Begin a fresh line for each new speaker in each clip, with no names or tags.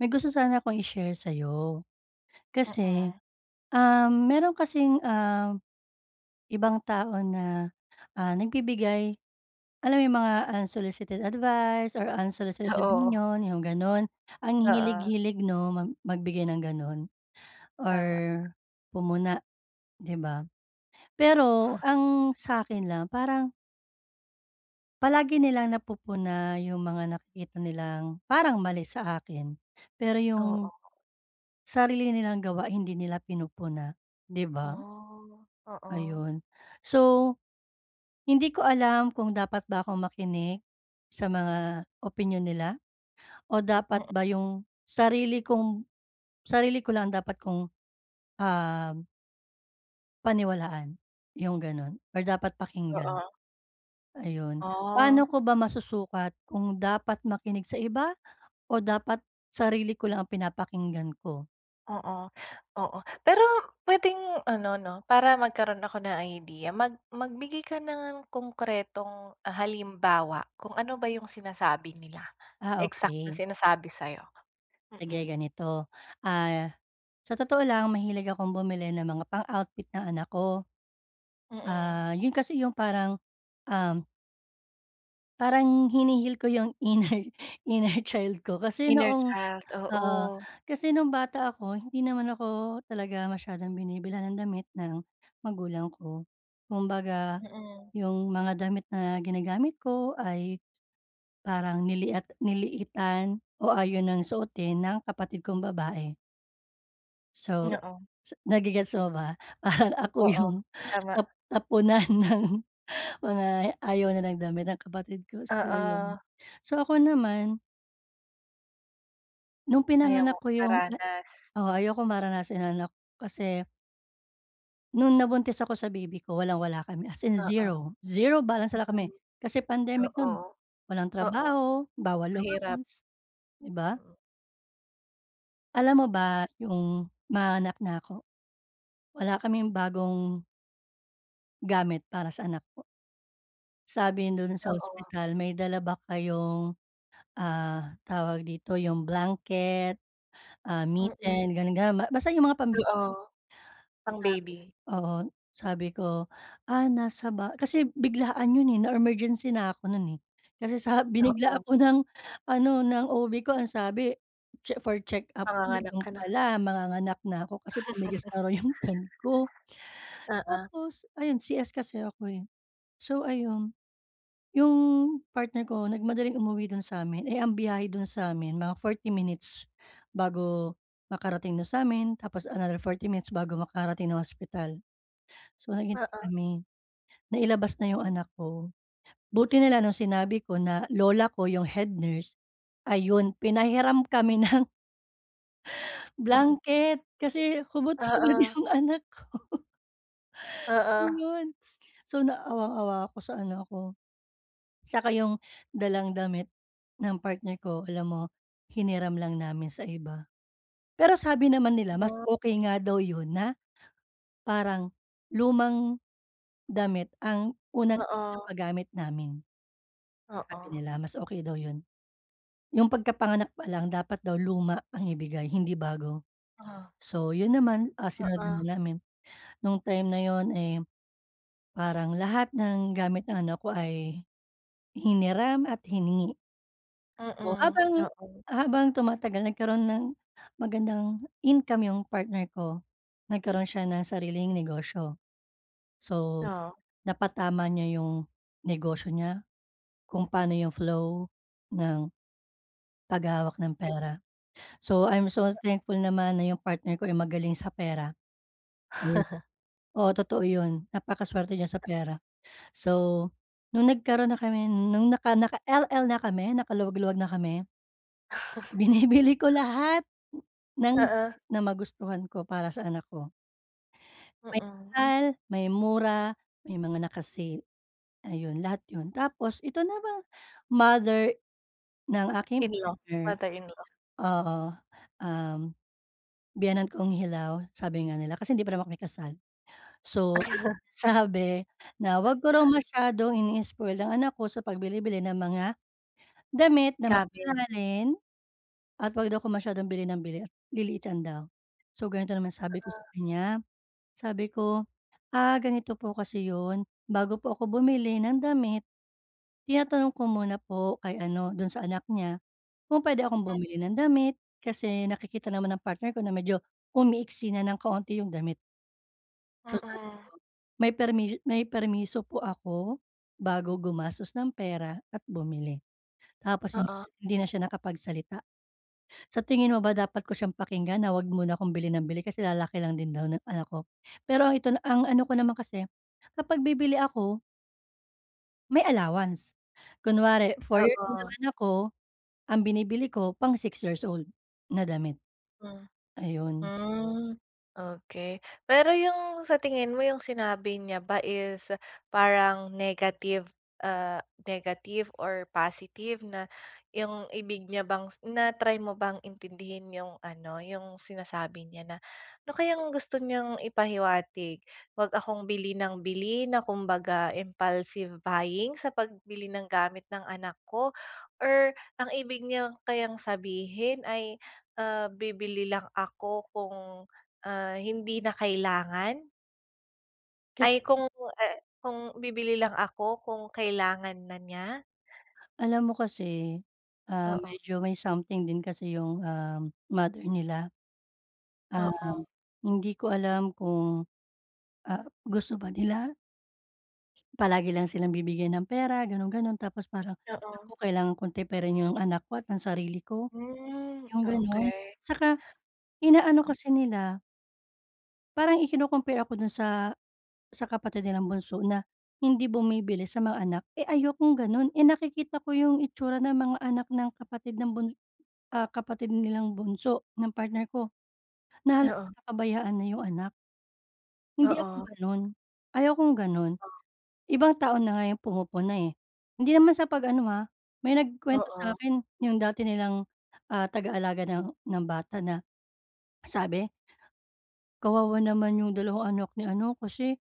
May gusto sana akong i-share sa'yo. Kasi,
Mm.
meron kasing, ibang tao na, nagbibigay, alam mo yung mga unsolicited advice or unsolicited
Oo,
opinion, yung gano'n. Ang
oo,
hilig-hilig 'no, magbigay ng gano'n or
tama.
pumuna, 'di ba? Pero ang sa akin lang parang palagi nilang napupuna yung mga nakikita nilang parang mali sa akin. Pero yung
Oo.
sarili nilang gawa hindi nila pinupuna, 'di ba?
Oh, oo,
Ayun. So, hindi ko alam kung dapat ba akong makinig sa mga opinyon nila o dapat
mm,
ba yung sarili ko lang dapat kong, ah, paniwalaan, yung gano'n or dapat pakinggan,
oo,
ayun. Paano
oh,
ko ba masusukat kung dapat makinig sa iba o dapat sarili ko lang ang pinapakinggan ko?
oo, oo. Pero puwedeng ano 'no, para magkaroon ako ng idea, magbigay ka ng konkretong halimbawa kung ano ba yung sinasabi nila,
Ah,
eksak na
okey.
sinasabi sa'yo?
Sige
Mm.
ganito, ah, sa totoo lang mahilig akong bumili ng mga pang-outfit ng anak ko.
Mm.
Yun kasi yung um, parang hinihil ko yung inner inner child ko kasi
Inner child,
oo,
oo.
kasi nung bata ako hindi naman ako talaga masyadong binibilhan ng damit ng magulang ko. Kumbaga
Mm,
yung mga damit na ginagamit ko ay parang niliitan o ayon ng suotin ng kapatid kong babae. So,
oo,
sa nage-gets mo ba? Parang ako
oo,
yung
tama.
napunan ng mga ayaw na ng damit ng kapatid ko, so
Oo,
ayun. So ako naman, nung
ayaw
pinanganak
mong
ko yung na
iparanas,
oo, ayokong maranasan ng anak ko kasi nung nabuntis ako sa baby ko walang-wala kami, as in
oo.
zero zero balance na lang kami.
Mm.
Kasi pandemic
Oo,
nun, walang
oo,
trabaho, bawal
mahirap.
lumabas, 'di ba?
Mm.
Alam mo ba yung manganak na ako, wala kaming bagong gamit para sa anak ko. Sabi dun sa
Oo,
ospital, "May dala ba kayong, tawag dito, yung blanket,
mm,
mitten, ganun, ganun." Basta yung mga pambihira
oo. Pang
sabi
baby.
oo, sabi ko, "Nasa ba," kasi biglaan yun, eh, na-emergency na ako nun, eh. Kasi sa binigla ako
Oo,
ng ano, ng OB ko, ang sabi for check-up daw,
panganganak
yun
ka na.
pala manganganak na ako kasi tumigas na raw yung tiyan ko.
Oo,
Tapos ayun, CS kasi ako, eh. So ayun. Yung partner ko nagmadaling umuwi dun sa'min, eh, ang biyahe dun sa'min mga 40 minutes bago makarating dun sa'min, tapos another 40 minutes bago makarating ng hospital. So, naghintay
oo.
kami, nailabas na yung anak ko. Buti na lang nung sinabi ko na lola ko yung head nurse, ayun pinahiram kami ng blanket kasi hubot-hubad
Oo,
yung anak ko,
oo.
ayun. So, naawang-awa ako sa anak ko. Saka yung dalang damit ng partner ko alam mo, hiniram lang namin sa iba. Pero sabi naman nila mas
Hmm.
okay nga daw yun na parang lumang damit ang unang
Oo,
ipinapagamit namin.
oo.
Sabi nila mas okay daw yun. Yung pagkapanganak pa lang dapat daw luma ang ibigay hindi bago.
Oh,
So yun naman, sinunod
oo,
naman namin. Nung time na yun, eh, parang lahat ng gamit ng anak ko ay hiniram at hiningi. So,
mm.
habang
Oo,
habang tumatagal nagkaroon ng magandang income yung partner ko, nagkaroon siya ng sariling negosyo. So,
oo.
napatama niya yung negosyo niya, kung paano yung flow ng paghahawak ng pera. So, I'm so thankful naman na yung partner ko ay magaling sa pera. Ayun. Oo, totoo yun, napakasuwerte niya sa pera. So, nung nagkaroon na kami nung naka-LL na kami, nakaluwag-luwag na kami. Binibili ko lahat ng
Oo.
damit na magustuhan ko para sa anak ko. May
Mm,
mahal, may mura, may mga naka-sale, ayun lahat 'yun. Tapos ito naman, mother ng aking
in-law,
partner,
mother-in-law.
oo, um, biyenan kong hilaw sabi nga nila kasi hindi pa naman kami kasal. So, sabi na 'wag ko raw masyadong ini-spoil ang anak ko sa pagbili-bili ng mga damit na
Gamit.
mamahalin at 'wag daw ako masyadong bili ng bili at liliitan daw. So, ganito naman sabi ko sa
Oo,
kanya, sabi ko, "Ganito po kasi 'yun, bago po ako bumili ng damit, tinatanong ko muna po kay ano, do'n sa anak niya kung puwede akong bumili ng damit kasi nakikita naman ng partner ko na medyo umiiksi na ng kaunti 'yung damit." So, sabi
mm,
ko, "May permiso po ako bago gumastos ng pera at bumili." Tapos hindi
oo,
siya hindi na siya nakapagsalita. Sa tingin mo ba dapat ko siyang pakinggan na wag muna akong bili ng bili kasi lalaki lang din daw ng anak ko? Pero ang ito na ang ano ko naman kasi, kapag bibili ako, may allowance. Kunwari 4 years old
oo.
ang ako ang binibili ko pang 6 years old na damit,
Hmm.
ayun.
Hmm, okey. Pero yung sa tingin mo yung sinabi niya ba is parang negative or positive na yung ibig niya bang na-try mo bang intindihin yung ano, yung sinasabi niya na, ano kayang gusto niyang ipahiwatig? "Wag akong bili ng bili na kumbaga impulsive buying sa pagbili ng gamit ng anak ko," or ang ibig niya kayang sabihin ay bibili lang ako kung, hindi na kailangan?
Kasi
Ay kung, kung bibili lang ako kung kailangan na niya?
alam mo kasi,
Oo,
medyo may something din kasi yung, mother nila. Ah,
oo,
Hindi ko alam kung, gusto ba nila palagi lang silang bibigyan ng pera gano'n, gano'n tapos parang,
oo.
"Naku kailangan kong tipirin 'yung anak ko at ang sarili ko,"
Hmm,
'yung gano'n.
okey.
Saka inaano kasi nila, parang ikino-compare ako do'n sa kapatid nilang bunso na hindi bumibili sa mga anak, eh, ayokong gano'n, eh, nakikita ko 'yung itsura ng mga anak ng kapatid nilang bunso ng partner ko na halos
Oo,
napakabayaan na 'yung anak, hindi ako
oo,
gano'n, ayaw kong gano'n.
oo,
Ibang tao na nga yung pumupuna, eh. Hindi naman sa pag-ano, ha, may nagkuwento
oo,
sa'kin yung dati nilang, tagaalaga ng bata na sabi, "Kawawa naman yung dalawang anak ni ano, kasi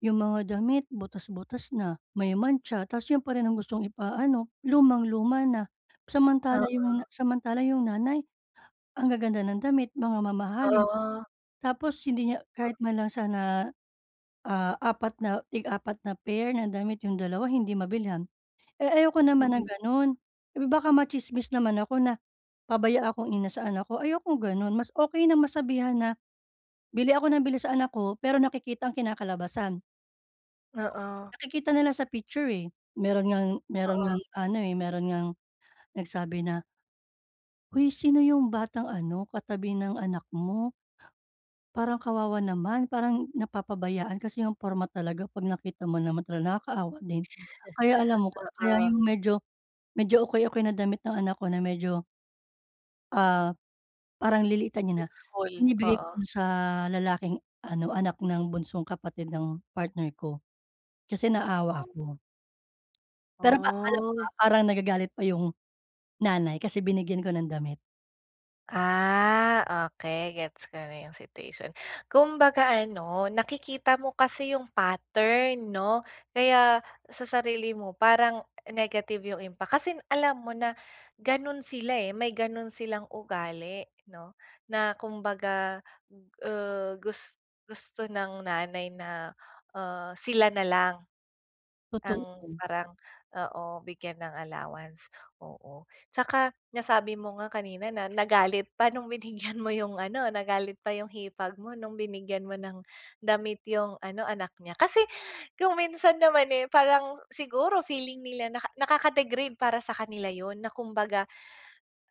yung mga damit butas-butas na, may mantsa, tas yun pa rin ang gustong ipaano, lumang-luma na. Samantala yung nanay, ang gaganda ng damit, mga mamahalin,
oo,
tapos hindi niya kahit man lang sana, 4 na tig-apat na pair ng damit yung dalawa hindi mabilhan." Eh, ayoko naman ng
mm,
gano'n. Eh, baka matsismis naman ako na pabaya akong ina sa anak ko, ayokong gano'n. Mas okey na masabihan na, "Bili ako ng bili sa anak ko," pero nakikita ang kinakalabasan.
oo,
Nakikita nila sa picture, eh. Meron ngang meron
oo,
ngang ano, eh, meron ngang nagsabi na, "Hoy, sino yung batang ano, katabi ng anak mo? Parang kawawa naman, parang napapabayaan kasi yung porma talaga 'pag nakita mo naman talaga nakakaawa din." Kaya alam mo, kaya
oo,
yung medyo medyo okey-okey na damit ng anak ko na medyo, ah parang liliitan niya na,
school,
binibigay ko
oo.
dun sa lalaking ano, anak ng bunsong kapatid ng partner ko, kasi naawa ako. Pero alam mo
Oh.
ba, parang nagagalit pa yung nanay kasi binigyan ko ng damit,
Ah, okay, gets ko na yung situation. Kumbaga ano, nakikita mo kasi yung pattern 'no, kaya sa sarili mo parang negative yung impact. Kasi alam mo na gano'n sila, eh, may gano'n silang ugali 'no, na kumbaga, ah, gus gusto ng nanay na, sila na lang. Ang
totoo.
parang oo, bigyan ng allowance, oo. Tsaka nasabi mo nga kanina na nagalit pa nung binigyan mo yung ano, nagalit pa yung hipag mo nung binigyan mo ng damit yung ano, anak niya. Kasi kung minsan naman, eh, parang siguro feeling nila nakaka-degrade para sa kanila yon na kumbaga,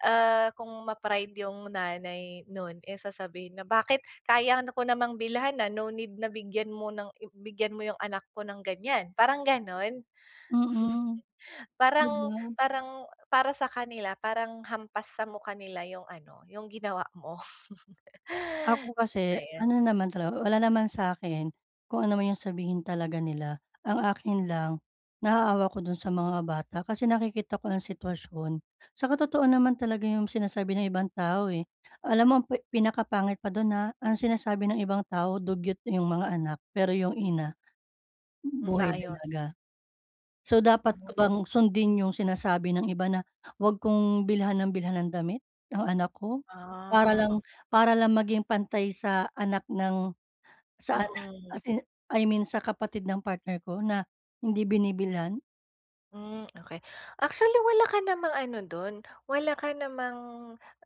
kung ma-pride yung nanay nun, eh, sasabihin na, "Bakit kaya na ko namang bilhan, na no need na bigyan mo yung anak ko ng ganyan." Parang gano'n?
Mm, 'di ba?
Parang parang para sa kanila parang hampas sa mukha nila yung ano, yung ginawa mo.
Ako kasi
Ayan,
ano naman talaga, wala naman sa akin kung ano man yung sabihin talaga nila. Ang akin lang, naaawa ko dun sa mga bata kasi nakikita ko ang sitwasyon. Sa totoo naman talaga yung sinasabi ng ibang tao, eh. Alam mo ang pinakapangit pa dun, ha, ang sinasabi ng ibang tao dugyot yung mga anak, pero yung ina buhay
maayos.
dalaga. So, dapat
Hmm.
ko bang sundin yung sinasabi ng iba na, "Wag kong bilhan ng damit ang anak ko." Para
Ah.
lang para lang maging pantay sa anak ng
Oh,
sa anak
mm.
as in I mean sa kapatid ng partner ko na hindi binibilhan?
Hmm, okay. Actually, wala ka namang ano dun, wala ka namang,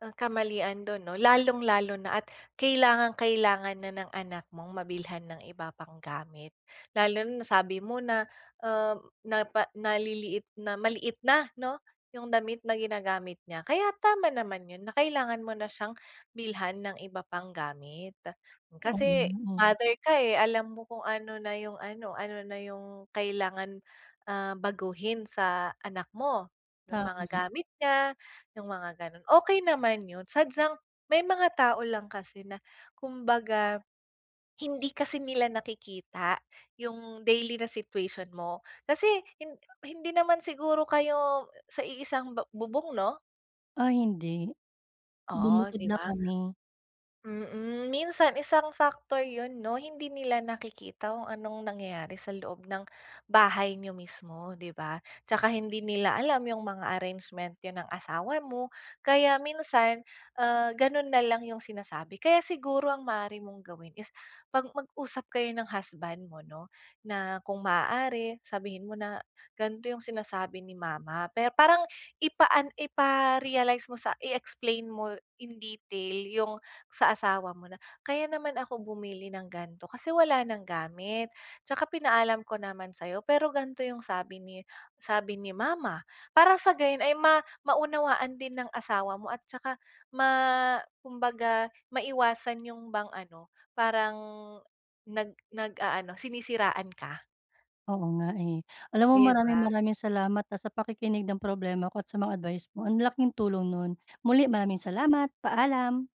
kamalian dun 'no, lalong-lalo na at kailangang-kailangan na ng anak mong mabilhan ng iba pang gamit. Lalo na nasabi mo na, na naliliit na maliit na 'no, yung damit na ginagamit niya. Kaya tama naman yun na kailangan mo na siyang bilhan ng iba pang gamit. Kasi
Oo,
mother ka, eh, alam mo kung ano na ano na yung kailangan. Ah, baguhin sa anak mo, yung mga
tama.
gamit niya, yung mga gano'n. Okey naman yun, sadyang may mga tao lang kasi na kumbaga hindi kasi nila nakikita yung daily na situation mo. Kasi hin hindi naman siguro kayo sa iisang bubong 'no?
Hindi.
Oo,
Bumukod
'di
na
ba?
kami.
Mm, minsan isang factor 'yun 'no, hindi nila nakikita kung anong nangyayari sa loob ng bahay niyo mismo, 'di ba? Tsaka hindi nila alam yung mga arrangement niyo ng asawa mo, kaya minsan, gano'n na lang yung sinasabi. Kaya siguro ang maaari mong gawin is 'pag mag-usap kayo ng husband mo 'no, na kung maaari sabihin mo na, "Ganito yung sinasabi ni mama." Pero parang ipa-realize mo, sa i-explain mo in detail yung sa asawa mo na, kaya naman ako bumili ng gan'to kasi wala nang gamit, tsaka pinaalam ko naman sa'yo pero gan'to yung sabi ni mama. Para sa gayon ay maunawaan din ng asawa mo at tsaka ma kumbaga maiwasan yung bang ano, parang nag-aano sinisiraan ka.
Oo nga, eh. Alam mo
'Di ba?
maraming maraming salamat, sa pakikinig ng problema ko at sa mga advice mo. Ang laking tulong nun. Muli maraming salamat. Paalam.